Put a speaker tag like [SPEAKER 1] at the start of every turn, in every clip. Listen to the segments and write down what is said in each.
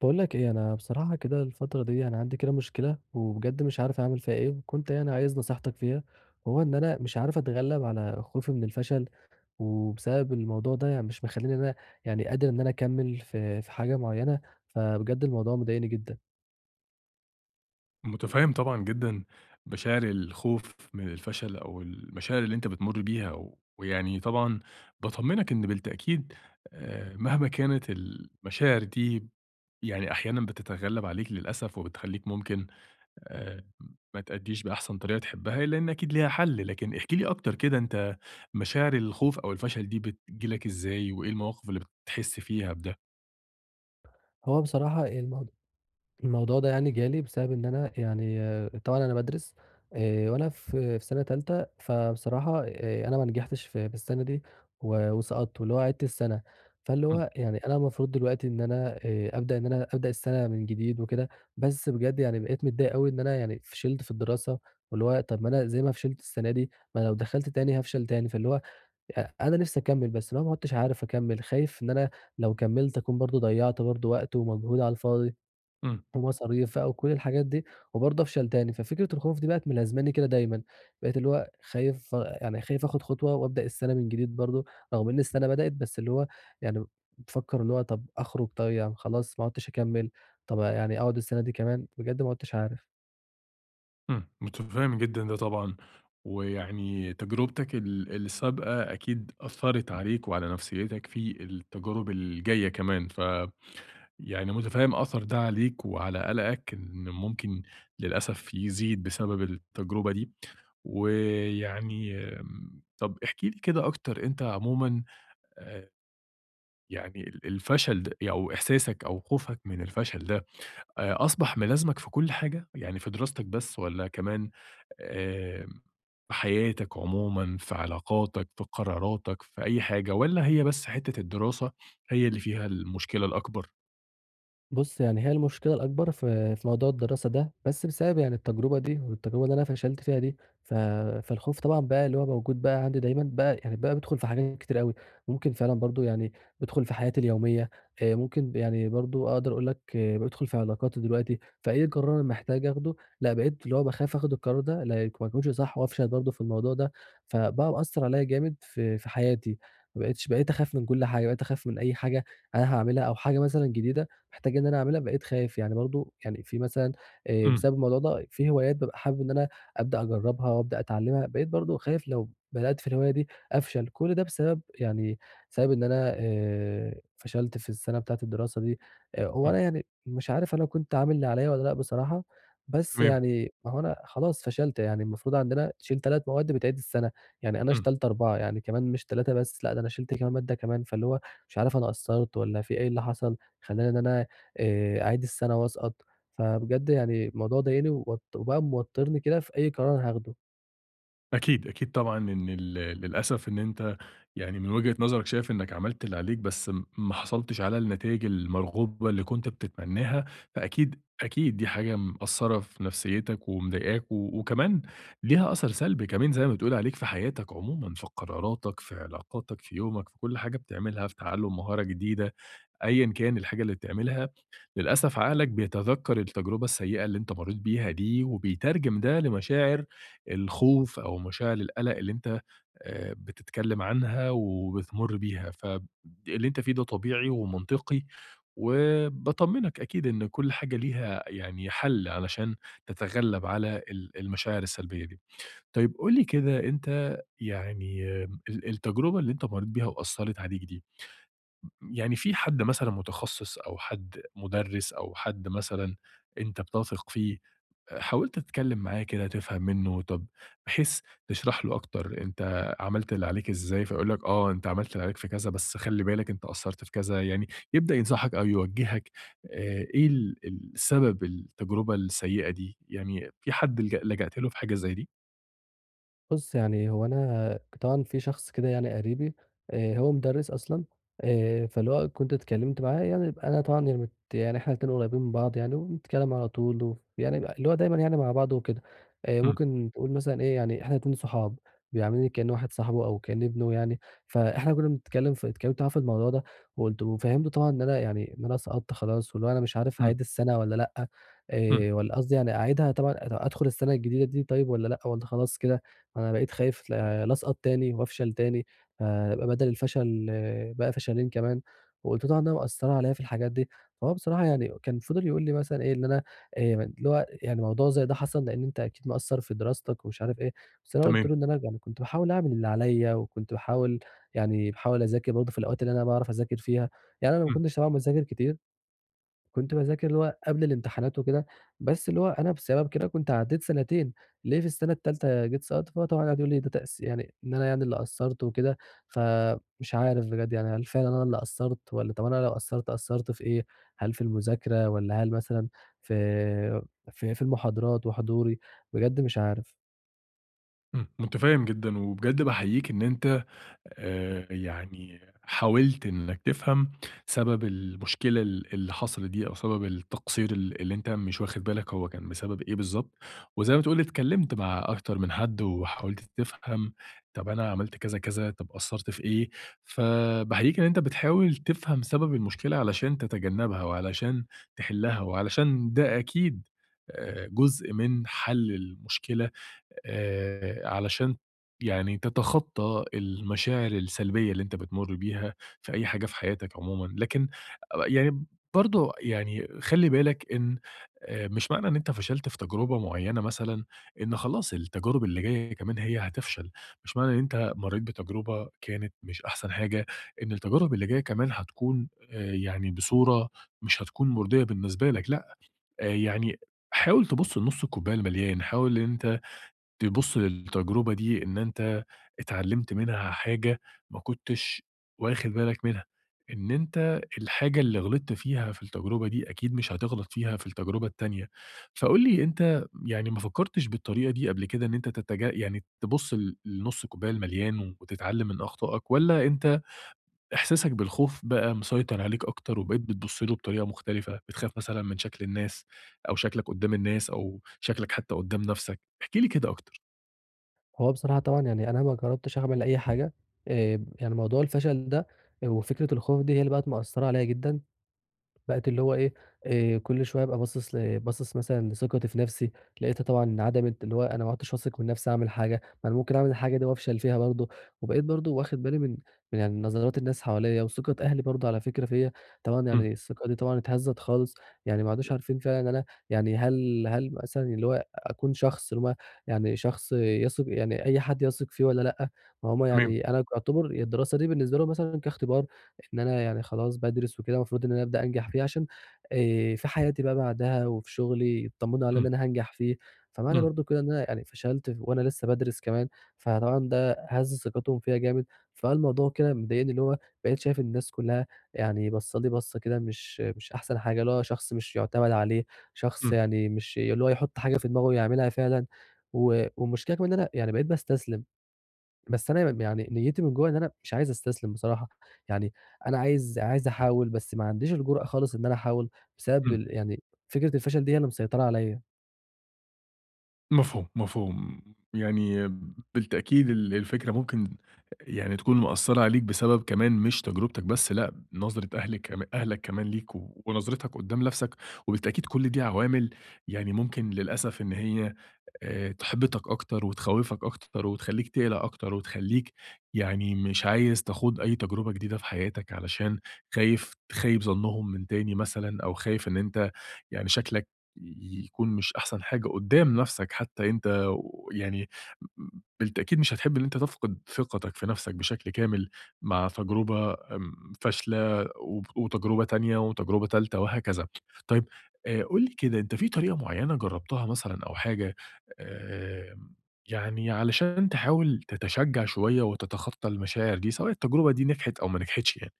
[SPEAKER 1] باقول لك إيه، أنا بصراحة كده الفترة دي أنا عندي كده مشكلة، وبجد مش عارف أعمل فيها إيه، وكنت يعني عايز نصيحتك فيها. هو إن أنا مش عارف أتغلب على خوفي من الفشل، وبسبب الموضوع ده يعني مش مخلّيني إن أنا يعني قادر إن أنا أكمّل في حاجة معيّنة، فبجد الموضوع مضايقني جدًا.
[SPEAKER 2] متفهم طبعًا جدًا مشاعر الخوف من الفشل أو المشاعر اللي أنت بتمر بيها، ويعني طبعًا باطمنك إن بالتأكيد مهما كانت المشاعر دي يعني أحيانًا بتتغلب عليك للأسف، وبتخليك ممكن آآ، ما تأديش بأحسن طريقة تحبها، لأن أكيد ليها حل. لكن احكِ لي أكتر كده أنت مشاعر الخوف أو الفشل دي بتيجي لك إزاي، وإيه المواقف اللي بتحس فيها بده؟
[SPEAKER 1] هو بصراحة الموضوع ده يعني جالي بسبب إن أنا يعني طبعًا أنا بادرس، وأنا في سنة تالتة. فبصراحة أنا ما نجحتش في السنة دي وسقطت، واللي هو عِدت السنة. فاللي
[SPEAKER 2] إمم.
[SPEAKER 1] هو يعني أنا المفروض دلوقتي إن أنا أبدأ السنة من جديد وكده. بس بجد يعني بقيت متضايق أوي إن أنا يعني فشلت في الدراسة، واللي هو طَب ما أنا زي ما فشلت السنة دي، ما لو دخلت تاني هافشل تاني. فاللي هو أنا نفسي أكمّل، بس اللي هو ما عُدتش عارف أكمّل، خايف إن أنا لو كمّلت أكون برضه ضيّعت برضه وقت ومجهود على الفاضي،
[SPEAKER 2] إمم.
[SPEAKER 1] ومصاريف بقى وكل الحاجات دي، وبرضه أفشل تاني. ففكرة الخوف دي بقت ملازماني كده دايمًا، بقيت اللي هو خايف، يعني خايف آخد خطوة وأبدأ السَنة من جديد برضه، رغم إن السَنة بدأت. بس اللي هو يعني بافكّر اللي هو طَب أخرج، طيب يعني خلاص ما عُدتش أكمّل، طَب يعني أقعد السَنة دي كمان، بجد ما عُدتش عارف.
[SPEAKER 2] إمم، متفهم جدًا ده طبعًا، ويعني تجربتك السابقة أكيد أثّرت عليك وعلى نفسيتك في التجارب الجاية كمان، فيعني متفهم أثَر ده عليك وعلى قلقك إن ممكن للأسف يزيد بسبب التجربة دي، ويعني آمم، طَب احكِ لي كده أكتر أنت عمومًا، آآ، يعني الفشل أو إحساسك أو خوفك من الفشل ده أصبح ملازمك في كل حاجة؟ يعني في دراستك بس والّا كمان آآ، في حياتك عمومًا، في علاقاتك، في قراراتك، في أي حاجة، والّا هي بس حتّة الدراسة هي اللي فيها المشكلة الأكبر؟
[SPEAKER 1] بُص، يعني هي المشكلة الأكبر في موضوع الدراسة ده، بس بسبب يعني التجربة دي والتجربة اللي أنا فشلت فيها دي. ف فالخوف طبعًا بقى اللي هو موجود بقى عندي دايمًا، بقى يعني بقى بيدخل في حاجات كتير أوي، ممكن فعلًا برضه يعني بيدخل في حياتي اليومية. ممكن يعني برضه أقدر أقول لك بيدخل في علاقاتي دلوقتي، فأي قرار أنا محتاج آخده، لأ بقيت اللي هو باخاف آخد القرار ده، لا ما يكونش صح وأفشل برضه في الموضوع ده. فبقى مأثّر عليّا جامد في حياتي، ما بقيتش بقيت أخاف من كل حاجة، بقيت أخاف من أي حاجة أنا هاعملها أو حاجة مثلًا جديدة محتاج إن أنا أعملها، بقيت خايف. يعني برضه يعني في مثلًا،
[SPEAKER 2] إمم.
[SPEAKER 1] بسبب الموضوع ده في هوايات بابقى حابب إن أنا أبدأ أجرّبها وأبدأ أتعلّمها، بقيت برضه خايف لو بدأت في الهواية دي أفشل. كل ده بسبب يعني بسبب إن أنا فشلت في السنة بتاعة الدراسة دي. هو
[SPEAKER 2] إمم.
[SPEAKER 1] أنا يعني مش عارف أنا كنت عامل اللي عليّا والّا لأ بصراحة، بس
[SPEAKER 2] تمام.
[SPEAKER 1] يعني ما هو أنا خلاص فشلت. يعني المفروض عندنا تشيل 3 مواد بتعيد السنة، يعني أنا
[SPEAKER 2] إمم.
[SPEAKER 1] شِلت 4، يعني كمان مش 3 بس لأ، ده أنا شِلت كمان مادة كمان. فاللي هو مش عارف أنا قصّرت والّا في إيه اللي حصل خلّاني إن أنا أعيد السنة وأسقط، فبجد يعني الموضوع ضايقني، وبقى موتّرني كده في أي قرار أنا هاخده.
[SPEAKER 2] أكيد، أكيد طبعًا إن للأسف إن أنت يعني من وجهة نظرك شايف إنك عملت اللي عليك، بس ما حصلتش على النتايج المرغوبة اللي كنت بتتمناها، فأكيد، أكيد دي حاجة مأثّرة في نفسيتك ومضايقاك، وكمان ليها أثر سلبي كمان زي ما بتقول عليك في حياتك عمومًا، في قراراتك، في علاقاتك، في يومك، في كل حاجة بتعملها، في تعلُّم مهارة جديدة. أيًا كان الحاجة اللي بتعملها، للأسف عقلك بيتذكّر التجربة السيئة اللي أنت مرّيت بيها دي، وبيترجم ده لمشاعر الخوف أو مشاعر القلق اللي أنت بتتكلّم عنها وبتمُر بيها، اللي أنت فيه ده طبيعي ومنطقي، وباطمّنك أكيد إن كل حاجة ليها يعني حل علشان تتغلّب على المشاعر السلبية دي. طيب قُل لي كده أنت يعني آمم التجربة اللي أنت مرّيت بيها وأثّرت عليك دي يعني في حد مثلًا متخصص أو حد مُدرِّس أو حد مثلًا أنت بتثق فيه، حاولت تتكلّم معاه كده تفهم منّه، طب بحيث تشرح له أكتر أنت عملت اللي عليك إزاي، فيقول لك آه، أنت عملت اللي عليك في كذا، بس خلّي بالك أنت قصّرت في كذا، يعني يبدأ ينصحك أو يوجّهك إيه السبب التجربة السيئة دي، يعني في حد لجأت له في حاجة زي دي؟
[SPEAKER 1] بُص، يعني هو أنا طبعًا في شخص كده يعني قريبي، هو مُدرِّس أصلًا. فاللي هو كنت اتكلّمت معاه، يعني أنا طبعًا يعني يعني إحنا الاتنين قريبين من بعض، يعني وبنتكلّم على طول يعني اللي هو دايمًا يعني مع بعض وكده.
[SPEAKER 2] إمم.
[SPEAKER 1] ممكن تقول مثلًا إيه، يعني إحنا الاتنين صحاب، بيعاملني كإنّه واحد صاحبه أو كإنّي ابنه يعني. فإحنا كُنّا بنتكلّم في، اتكلّمت معاه في الموضوع ده، وقُلت وفهّمته طبعًا إن أنا يعني إن أنا سقطت خلاص، واللي هو أنا مش عارف
[SPEAKER 2] إمم.
[SPEAKER 1] هاعيد السَنة والّا لأ،
[SPEAKER 2] إمم.
[SPEAKER 1] والّا قصدي يعني أعيدها طبعًا، أدخُل السَنة الجديدة دي طيب والّا لأ والّا خلاص كده. أنا بقيت خايف لا أسقط تاني وأفشل تاني، فيبقى بدل الفشل بقى فشلين كمان، وقلت له طبعا إنها مأثّرة عليّا في الحاجات دي. فهو بصراحة يعني كان فضل يقول لي مثلًا إيه، إن أنا اللي هو يعني موضوع زي ده حصل لإن أنت أكيد مقصّر في دراستك ومش عارف إيه. بس أنا قلت
[SPEAKER 2] تمام.
[SPEAKER 1] له إن أنا يعني كنت باحاول أعمل اللي عليّا، وكنت باحاول يعني باحاول أذاكر برضه في الأوقات اللي أنا باعرف أذاكر فيها، يعني أنا ما
[SPEAKER 2] إمم.
[SPEAKER 1] كنتش طبعًا باذاكر كتير. كنت باذاكر اللي هو قبل الامتحانات وكده، بس اللي هو أنا بسبب كده كنت عدّيت سنتين، ليه في السنة التالتة جيت سقطت. فطبعًا قعدوا يقولوا لي ده، يعني إن أنا يعني اللي قصّرت وكده، فمش عارف بجد يعني هل فعلًا أنا اللي قصّرت والّا، طَب أنا لو قصّرت، قصّرت في إيه؟ هل في المذاكرة والّا هل مثلًا في في المحاضرات وحضوري؟ بجد مش عارف.
[SPEAKER 2] إمم، متفهم جدًا، وبجد باحييك إن أنت يعني حاولت إنك تفهم سبب المشكلة اللي حصلت دي، أو سبب التقصير اللي أنت مش واخد بالك هو كان بسبب إيه بالضبط، وزي ما تقول اتكلمت مع أكتر من حد وحاولت تفهم طب أنا عملت كذا، كذا، طب قصّرت في إيه، فباحييك إن أنت بتحاول تفهم سبب المشكلة علشان تتجنبها، وعلشان تحلها، وعلشان ده أكيد جزء من حل المشكلة علشان يعني تتخطّى المشاعر السلبية اللي أنت بتمُر بيها في أي حاجة في حياتك عمومًا، لكن يعني برضه يعني خلّي بالك إن مش معنى إن أنت فشلت في تجربة معيّنة مثلًا، إن خلاص التجارب اللي جاية كمان هي هتفشل، مش معنى إن أنت مرّيت بتجربة كانت مش أحسن حاجة، إن التجارب اللي جاية كمان هتكون يعني بصورة مش هتكون مُرضية بالنسبة لك لأ، يعني حاول تبُص لنُص الكوباية المليان، حاول إن أنت تبُص للتجربة دي إن أنت اتعلّمت منها حاجة ما كنتش واخِد بالك منها، إن أنت الحاجة اللي غلطت فيها في التجربة دي أكيد مش هتغلط فيها في التجربة التانية. فقُل لي أنت يعني ما فكّرتش بالطريقة دي قبل كده إن أنت يعني تبُص لنُص الكوباية المليان وتتعلّم من أخطائك والّا أنت إحساسك بالخوف بقى مسيطر عليك أكتر وبقيت بتبُص له بطريقة مختلفة، بتخاف مثلًا من شكل الناس أو شكلك قُدّام الناس أو شكلك حتّى قُدّام نَفْسك؟ احكِ لي كده أكتر.
[SPEAKER 1] هو بصراحة طبعًا يعني أنا ما جرّبتش أعمل أي حاجة، يعني موضوع الفشل ده وفكرة الخوف دي هي اللي بقت مأثّرة عليّا جدًا. بقت اللي هو إيه، كل شوية أبقى باصص، باصص مثلًا لثقتي في نفسي، لقيتها طبعًا انعدمت، اللي هو أنا ما عُدتش واثق من نفسي أعمل حاجة، ما أنا ممكن أعمل الحاجة دي وأفشل فيها برضه. وبقيت برضه واخد بالي من يعني نظرات الناس حواليّا وثقة أهلي برضه على فكرة فيّا، طبعًا يعني الثقة دي طبعًا اتهزّت خالص، يعني ما عادوش عارفين فعلًا إن أنا يعني هل مثلًا اللي هو أكون شخص اللي هو يعني شخص يثق، يعني أي حد يثق فيه والّا لأ، ما هم
[SPEAKER 2] تمام.
[SPEAKER 1] يعني أنا أعتبر الدراسة دي بالنسبة لهم مثلًا كاختبار. إن أنا يعني خلاص بادرس وكده المفروض إن أنا أبدأ أنجح فيه عشان في حياتي بقى بعدها وفي شغلي يتطمنوا عليَّ إن
[SPEAKER 2] إمم.
[SPEAKER 1] أنا هانجح فيه، فمعنى
[SPEAKER 2] إمم.
[SPEAKER 1] برضه كده إن أنا يعني فشلت، وأنا لسه بادرس كمان، فطبعًا ده هَز ثقتهم فيَّ جامد. فالموضوع كده مضايقني، اللي هو بقيت شايف الناس كلها يعني باصة لي بصة كده مش أحسن حاجة، اللي هو شخص مش يُعتمد عليه، شخص
[SPEAKER 2] إمم.
[SPEAKER 1] يعني مش اللي هو يحط حاجة في دماغه يعملها فعلًا. والمشكلة كمان إن أنا يعني بقيت باستسلم، بس أنا يعني نيّتي من جوّه إن أنا مش عايز أستسلم بصراحة. يعني أنا عايز عايز أحاول، بس ما عنديش الجرأة خالص إن أنا أحاول، بسبب
[SPEAKER 2] إمم.
[SPEAKER 1] يعني فكرة الفشل دي هي اللي مسيطرة عليَّ.
[SPEAKER 2] مفهوم، مفهوم. يعني بالتأكيد الفكرة ممكن يعني تكون مأثّرة عليك بسبب كمان مش تجربتك بس، لأ، نظرة أهلِك كم أهلك كمان ليك ونظرتك قدّام نَفْسك، وبالتأكيد كل دي عوامل يعني ممكن للأسف إن هي تحبطك أكتر وتخوّفك أكتر وتخلّيك تقلق أكتر وتخلّيك يعني مش عايز تخوض أي تجربة جديدة في حياتك علشان خايف تخيّب ظنّهم من تاني مثلًا أو خايف إن أنت يعني شكلك يكون مش أحسن حاجة قُدّام نَفْسك حتّى أنت يعني م بالتأكيد مش هتحب إن أنت تفقد ثقتك في نَفْسك بشكل كامل مع تجربة آمم فاشلة وتجربة تانية وتجربة تالتة وهكذا. طيب قُل لي كده أنت في طريقة معيّنة جرّبتها مثلًا أو حاجة آمم، يعني علشان تحاول تتشجّع شوية وتتخطى المشاعر دي، سواء التجربة دي نجحت أو ما نجحتش يعني.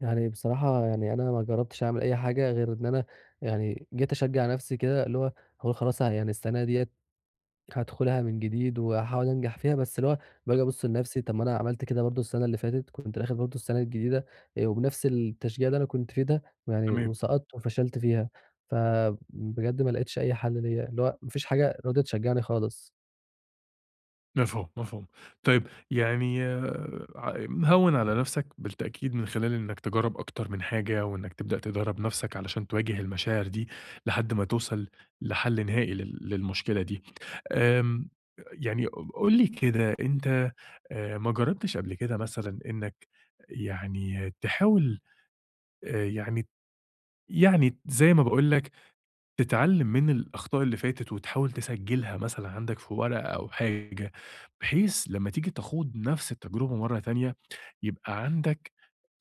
[SPEAKER 1] يعني بصراحة يعني أنا ما جرّبتش أعمل أي حاجة، غير إن أنا يعني جيت أشجّع نفْسي كده، اللي هو هاقول خلاص يعني السنة ديّة هادخلها من جديد وهاحاول أنجح فيها. بس اللي هو باجي أبُص لنفسي، طب ما أنا عملت كده برضه السنة اللي فاتت، كنت داخل برضه السنة الجديدة وبنفس التشجيع اللي أنا كنت فيه ده،
[SPEAKER 2] تمام.
[SPEAKER 1] وسقطت وفشلت فيها. فبجد ما لقيتش أي حل ليّا، اللي هو ما فيش حاجة راضية تشجعني خالص.
[SPEAKER 2] مفهوم، مفهوم. طيب يعني آه، هوّن على نفْسك بالتأكيد من خلال إنك تجرّب أكتر من حاجة وإنك تبدأ تدرّب نفْسك علشان تواجه المشاعر دي لحد ما توصل لحل نهائي للمشكلة دي. آمم، يعني قُل لي كده أنت ما جرّبتش قبل كده مثلًا إنك يعني تحاول يعني يعني زي ما باقول لك تتعلم من الأخطاء اللي فاتت وتحاول تسجلها مثلًا عندك في ورقة أو حاجة، بحيث لمّا تيجي تخوض نفس التجربة مرّة تانية، يبقى عندك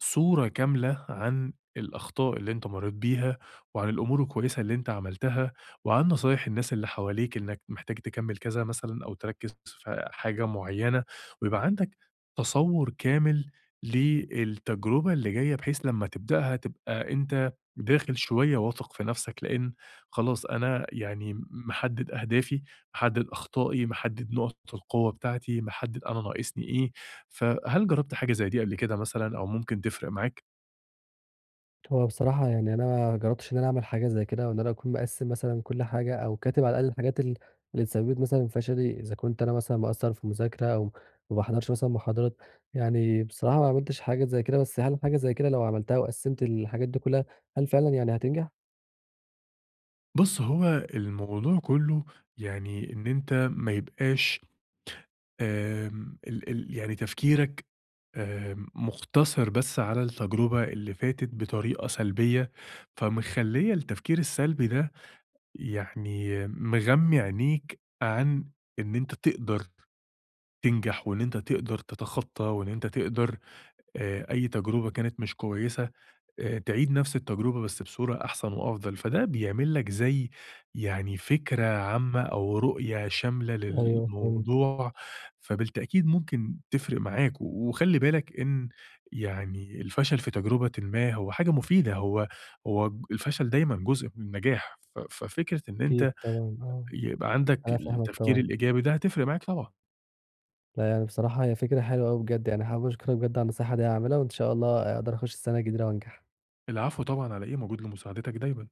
[SPEAKER 2] صورة كاملة عن الأخطاء اللي أنت مرّيت بيها، وعن الأمور الكويسة اللي أنت عملتها، وعن نصايح الناس اللي حواليك إنك محتاج تكمّل كذا مثلًا أو تركّز في حاجة معيّنة، ويبقى عندك تصوُّر كامل للتجربة اللي جاية، بحيث لمّا تبدأها تبقى أنت داخل شوية واثق في نفسك، لإن خلاص أنا يعني محدد أهدافي، محدد أخطائي، محدد نقط القوة بتاعتي، محدد أنا ناقصني إيه، فهل جربت حاجة زي دي قبل كده مثلًا أو ممكن تفرق معاك؟
[SPEAKER 1] هو بصراحة يعني أنا ما جرّبتش إن أنا أعمل حاجة زي كده، وإن أنا أكون مقسّم مثلًا كل حاجة أو كاتب على الأقل الحاجات اللي تسبّبت مثلًا في فشلي، إذا كنت أنا مثلًا مقصّر في مذاكرة أو ما باحضرش مثلًا محاضرات. يعني بصراحة ما عملتش حاجات زي كده، بس هل حاجة زي كده لو عملتها وقسّمت الحاجات دي كلّها، هل فعلًا يعني هتنجح؟
[SPEAKER 2] بُص هو الموضوع كله يعني إن أنت ما يبقاش آمم ال ال يعني تفكيرك آمم مُقتصر بس على التجربة اللي فاتت بطريقة سلبية، فمخلية التفكير السلبي ده يعني مغمي عينيك عن إن أنت تقدر تنجح وإن أنت تقدر تتخطّى وإن أنت تقدر أي تجربة كانت مش كويسة تعيد نفس التجربة بس بصورة أحسن وأفضل، فده بيعمل لك زي يعني فكرة عامة أو رؤية شاملة
[SPEAKER 1] أيوه فهمت.
[SPEAKER 2] للموضوع، فبالتأكيد ممكن تفرق معاك، وخلّي بالك إن يعني الفشل في تجربةٍ ما هو حاجة مفيدة، هو الفشل دايمًا جزء من النجاح، ففكرة إن
[SPEAKER 1] أكيد
[SPEAKER 2] أنت
[SPEAKER 1] طبعًا آه،
[SPEAKER 2] يبقى عندك
[SPEAKER 1] أنا فاهمك
[SPEAKER 2] التفكير
[SPEAKER 1] طبعًا.
[SPEAKER 2] الإيجابي ده هتفرق معاك طبعًا.
[SPEAKER 1] لا يعني بصراحة هي فكرة حلوة أوي بجد، يعني حابب أشكرك بجد على النصيحة دي، هاعملها وإن شاء الله أقدر أخُش السَنة الجديدة وأنجح.
[SPEAKER 2] العفو طبعًا على إيه، موجود لمساعدتك دايمًا.